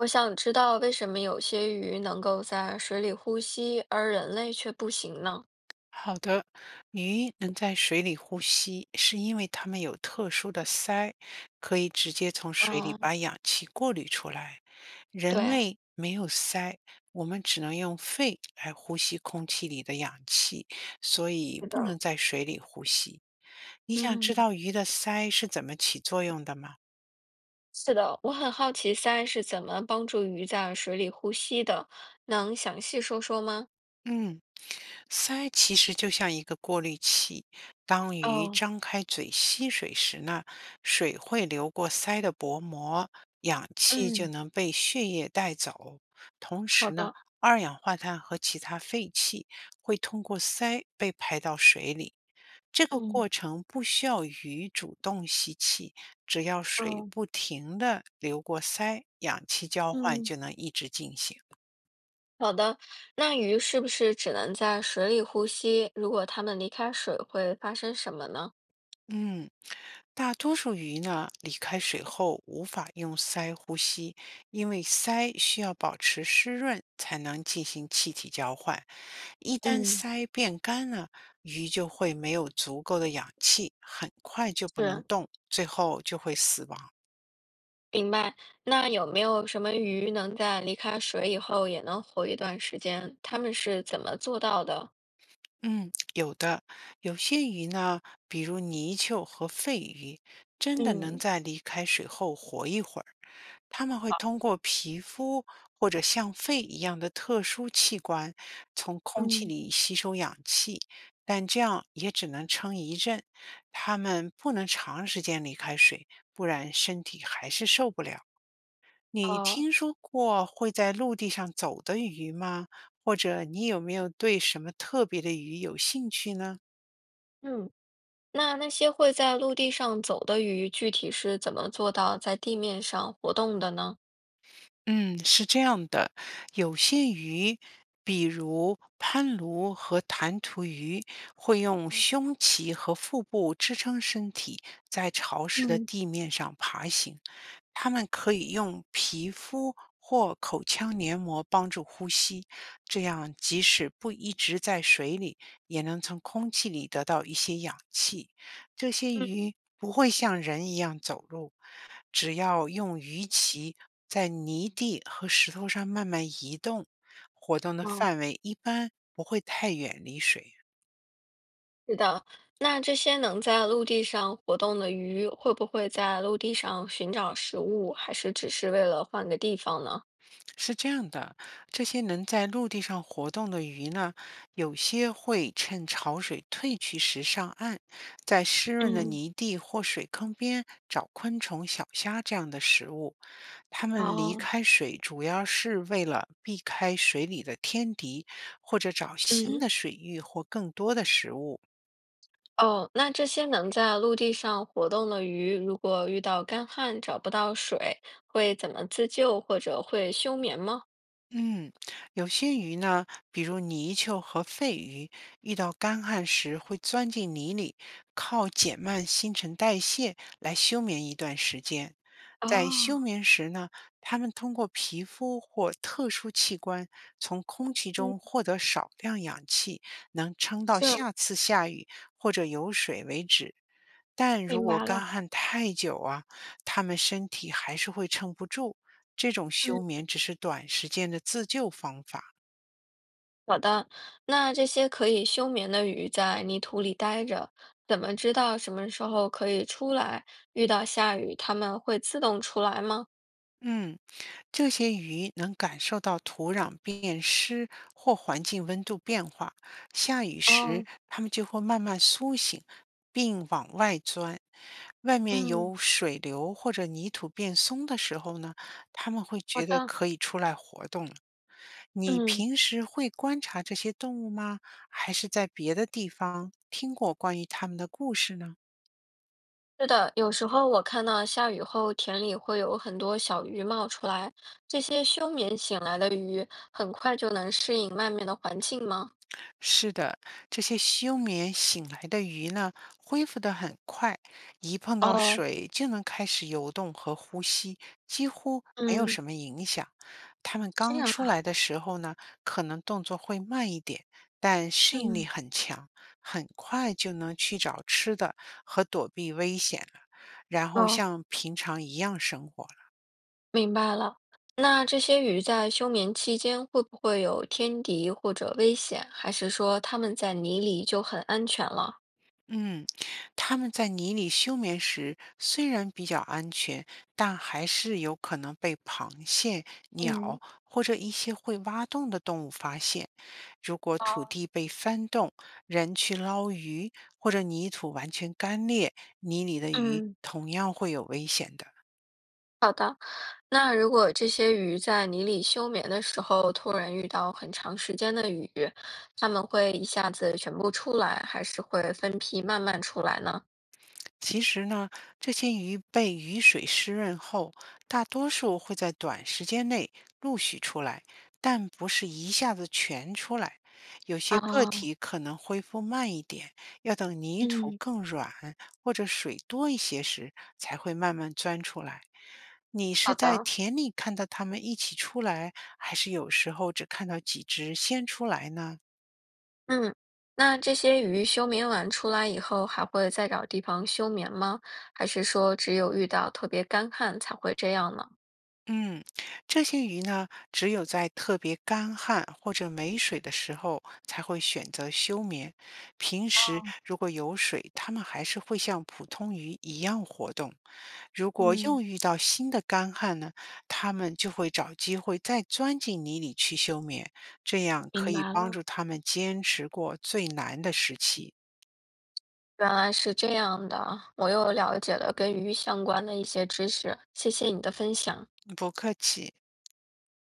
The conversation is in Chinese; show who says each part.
Speaker 1: 我想知道为什么有些鱼能够在水里呼吸，而人类却不行呢？
Speaker 2: 好的，鱼能在水里呼吸，是因为它们有特殊的鳃，可以直接从水里
Speaker 1: 哦，
Speaker 2: 把氧气过滤出来。人
Speaker 1: 对，
Speaker 2: 类没有鳃，我们只能用肺来呼吸空气里的氧气，所以
Speaker 1: 是
Speaker 2: 不
Speaker 1: 的，
Speaker 2: 能在水里呼吸。你想知
Speaker 1: 嗯，
Speaker 2: 道鱼的鳃是怎么起作用的吗？
Speaker 1: 是的，我很好奇鳃是怎么帮助鱼在水里呼吸的，能详细说说吗？
Speaker 2: 嗯，鳃其实就像一个过滤器，当鱼
Speaker 1: 哦，
Speaker 2: 张开嘴吸水时呢，水会流过鳃的薄膜，氧气就
Speaker 1: 嗯，
Speaker 2: 能被血液带走。同
Speaker 1: 好
Speaker 2: 时呢，
Speaker 1: 的，
Speaker 2: 二氧化碳和其他废气会通过鳃被排到水里。这个
Speaker 1: 嗯，
Speaker 2: 过程不需要鱼主动吸气，只要水
Speaker 1: 哦，
Speaker 2: 不停地流过鳃，氧气交换
Speaker 1: 嗯，
Speaker 2: 就能一直进行。
Speaker 1: 好的。那鱼是不是只能在水里呼吸？如果它们离开水，会发生什么呢？
Speaker 2: 嗯，大多数鱼呢，离开水后无法用鳃呼吸，因为鳃需要保持湿润才能进行气体交换。一旦
Speaker 1: 嗯，
Speaker 2: 鳃变干了，鱼就会没有足够的氧气，很快就不能
Speaker 1: 是。
Speaker 2: 动，最后就会死亡。
Speaker 1: 明白，那有没有什么鱼能在离开水以后也能活一段时间？它们是怎么做到的？
Speaker 2: 嗯，有的，有些鱼呢，比如泥鳅和肺鱼，真的能
Speaker 1: 嗯
Speaker 2: 在离开水后活一会儿。它们会通过皮肤或者像肺一样的特殊器官，从空气
Speaker 1: 嗯
Speaker 2: 里吸收氧气，但这样也只能撑一阵。它们不能长时间离开水，不然身体还是受不了。你
Speaker 1: 哦，
Speaker 2: 听说过会在陆地上走的鱼吗？或者你有没有对什么特别的鱼有兴趣呢？
Speaker 1: 嗯，那那些会在陆地上走的鱼，具体是怎么做到在地面上活动的呢？
Speaker 2: 嗯，是这样的，有些鱼，比如攀鲈和弹涂鱼，会用胸鳍和腹部支撑身体，在潮湿的
Speaker 1: 嗯
Speaker 2: 地面上爬行。它们可以用皮肤或口腔黏膜帮助呼吸，这样即使不一直在水里，也能从空气里得到一些氧气。这些
Speaker 1: 嗯，
Speaker 2: 鱼不会像人一样走路，只要用鱼鳍在泥地和石头上慢慢移动，活动的
Speaker 1: 哦，
Speaker 2: 范围一般不会太远离水。
Speaker 1: 是的。那这些能在陆地上活动的鱼，会不会在陆地上寻找食物，还是只是为了换个地方呢？
Speaker 2: 是这样的，这些能在陆地上活动的鱼呢，有些会趁潮水退去时上岸，在湿润的
Speaker 1: 嗯，
Speaker 2: 泥地或水坑边找昆虫、小虾这样的食物。它们离
Speaker 1: 哦，
Speaker 2: 开水主要是为了避开水里的天敌，或者找新的
Speaker 1: 嗯。
Speaker 2: 水域或更多的食物。
Speaker 1: 哦，那这些能在陆地上活动的鱼，如果遇到干旱找不到水，会怎么自救或者会休眠吗？
Speaker 2: 嗯，有些鱼呢，比如泥鳅和肺鱼，遇到干旱时会钻进泥里，靠减慢新陈代谢来休眠一段时间。在休
Speaker 1: 哦，
Speaker 2: 眠时呢，它们通过皮肤或特殊器官从空气
Speaker 1: 嗯，
Speaker 2: 中获得少量氧气，能撑到
Speaker 1: 是，
Speaker 2: 下次下雨或者有水为止。但如
Speaker 1: 明
Speaker 2: 果
Speaker 1: 白
Speaker 2: 干
Speaker 1: 了。
Speaker 2: 旱太久啊，他们身体还是会撑不住。这种
Speaker 1: 嗯，
Speaker 2: 休眠只是短时间的自救方法。
Speaker 1: 好的。那这些可以休眠的鱼在泥土里待着，怎么知道什么时候可以出来？遇到下雨，它们会自动出来吗？
Speaker 2: 嗯，这些鱼能感受到土壤变湿或环境温度变化，下雨时
Speaker 1: 哦，
Speaker 2: 它们就会慢慢苏醒，并往外钻。外面
Speaker 1: 嗯，
Speaker 2: 有水流或者泥土变松的时候呢，它们会
Speaker 1: 好
Speaker 2: 觉得
Speaker 1: 的，
Speaker 2: 可以出来活动了。你
Speaker 1: 嗯。
Speaker 2: 平时会观察这些动物吗？还是在别的地方听过关于它们的故事呢？
Speaker 1: 是的，有时候我看到下雨后田里会有很多小鱼冒出来，这些休眠醒来的鱼很快就能适应外面的环境吗？
Speaker 2: 是的，这些休眠醒来的鱼呢，恢复得很快，一碰到
Speaker 1: 哦，
Speaker 2: 水就能开始游动和呼吸，几乎没有
Speaker 1: 嗯，
Speaker 2: 什么影响。它们
Speaker 1: 这
Speaker 2: 刚
Speaker 1: 样
Speaker 2: 出
Speaker 1: 啊，
Speaker 2: 来的时候呢，可能动作会慢一点，但适应力
Speaker 1: 嗯，
Speaker 2: 很强，很快就能去找吃的和躲避危险了，然后
Speaker 1: 哦，
Speaker 2: 像平常一样生活。
Speaker 1: 明白了。那这些鱼在休眠期间会不会有天敌或者危险，还是说它们在泥里就很安全了？
Speaker 2: 嗯，它们在泥里休眠时虽然比较安全，但还是有可能被螃蟹、
Speaker 1: 嗯，
Speaker 2: 鸟或者一些会挖洞的动物发现。如果土
Speaker 1: 哦，
Speaker 2: 地被翻动，人去捞鱼，或者泥土完全干裂，泥里的鱼
Speaker 1: 嗯，
Speaker 2: 同样会有危险的。
Speaker 1: 那如果这些鱼在泥里休眠的时候，突然遇到很长时间的雨，它们会一下子全部出来，还是会分批慢慢出来呢？
Speaker 2: 其实呢，这些鱼被雨水湿润后，大多数会在短时间内陆续出来，但不是一下子全出来。有些个
Speaker 1: 啊，
Speaker 2: 体可能恢复慢一点，要等泥土
Speaker 1: 嗯，
Speaker 2: 更软或者水多一些时，才会慢慢钻出来。你是
Speaker 1: 好
Speaker 2: 在
Speaker 1: 的，
Speaker 2: 田里看到它们一起出来，还是有时候只看到几只先出来呢？
Speaker 1: 嗯，那这些鱼休眠完出来以后，还会再找地方休眠吗？还是说只有遇到特别干旱才会这样呢？
Speaker 2: 嗯，这些鱼呢，只有在特别干旱或者没水的时候才会选择休眠。平时
Speaker 1: 哦，
Speaker 2: 如果有水，它们还是会像普通鱼一样活动。如果又
Speaker 1: 嗯，
Speaker 2: 遇到新的干旱呢，它们就会找机会再钻进泥里去休眠，这样可
Speaker 1: 明
Speaker 2: 以
Speaker 1: 白
Speaker 2: 帮
Speaker 1: 了。
Speaker 2: 助它们坚持过最难的时期。
Speaker 1: 原来是这样的，我又了解了跟鱼相关的一些知识，谢谢你的分享。
Speaker 2: 不客气。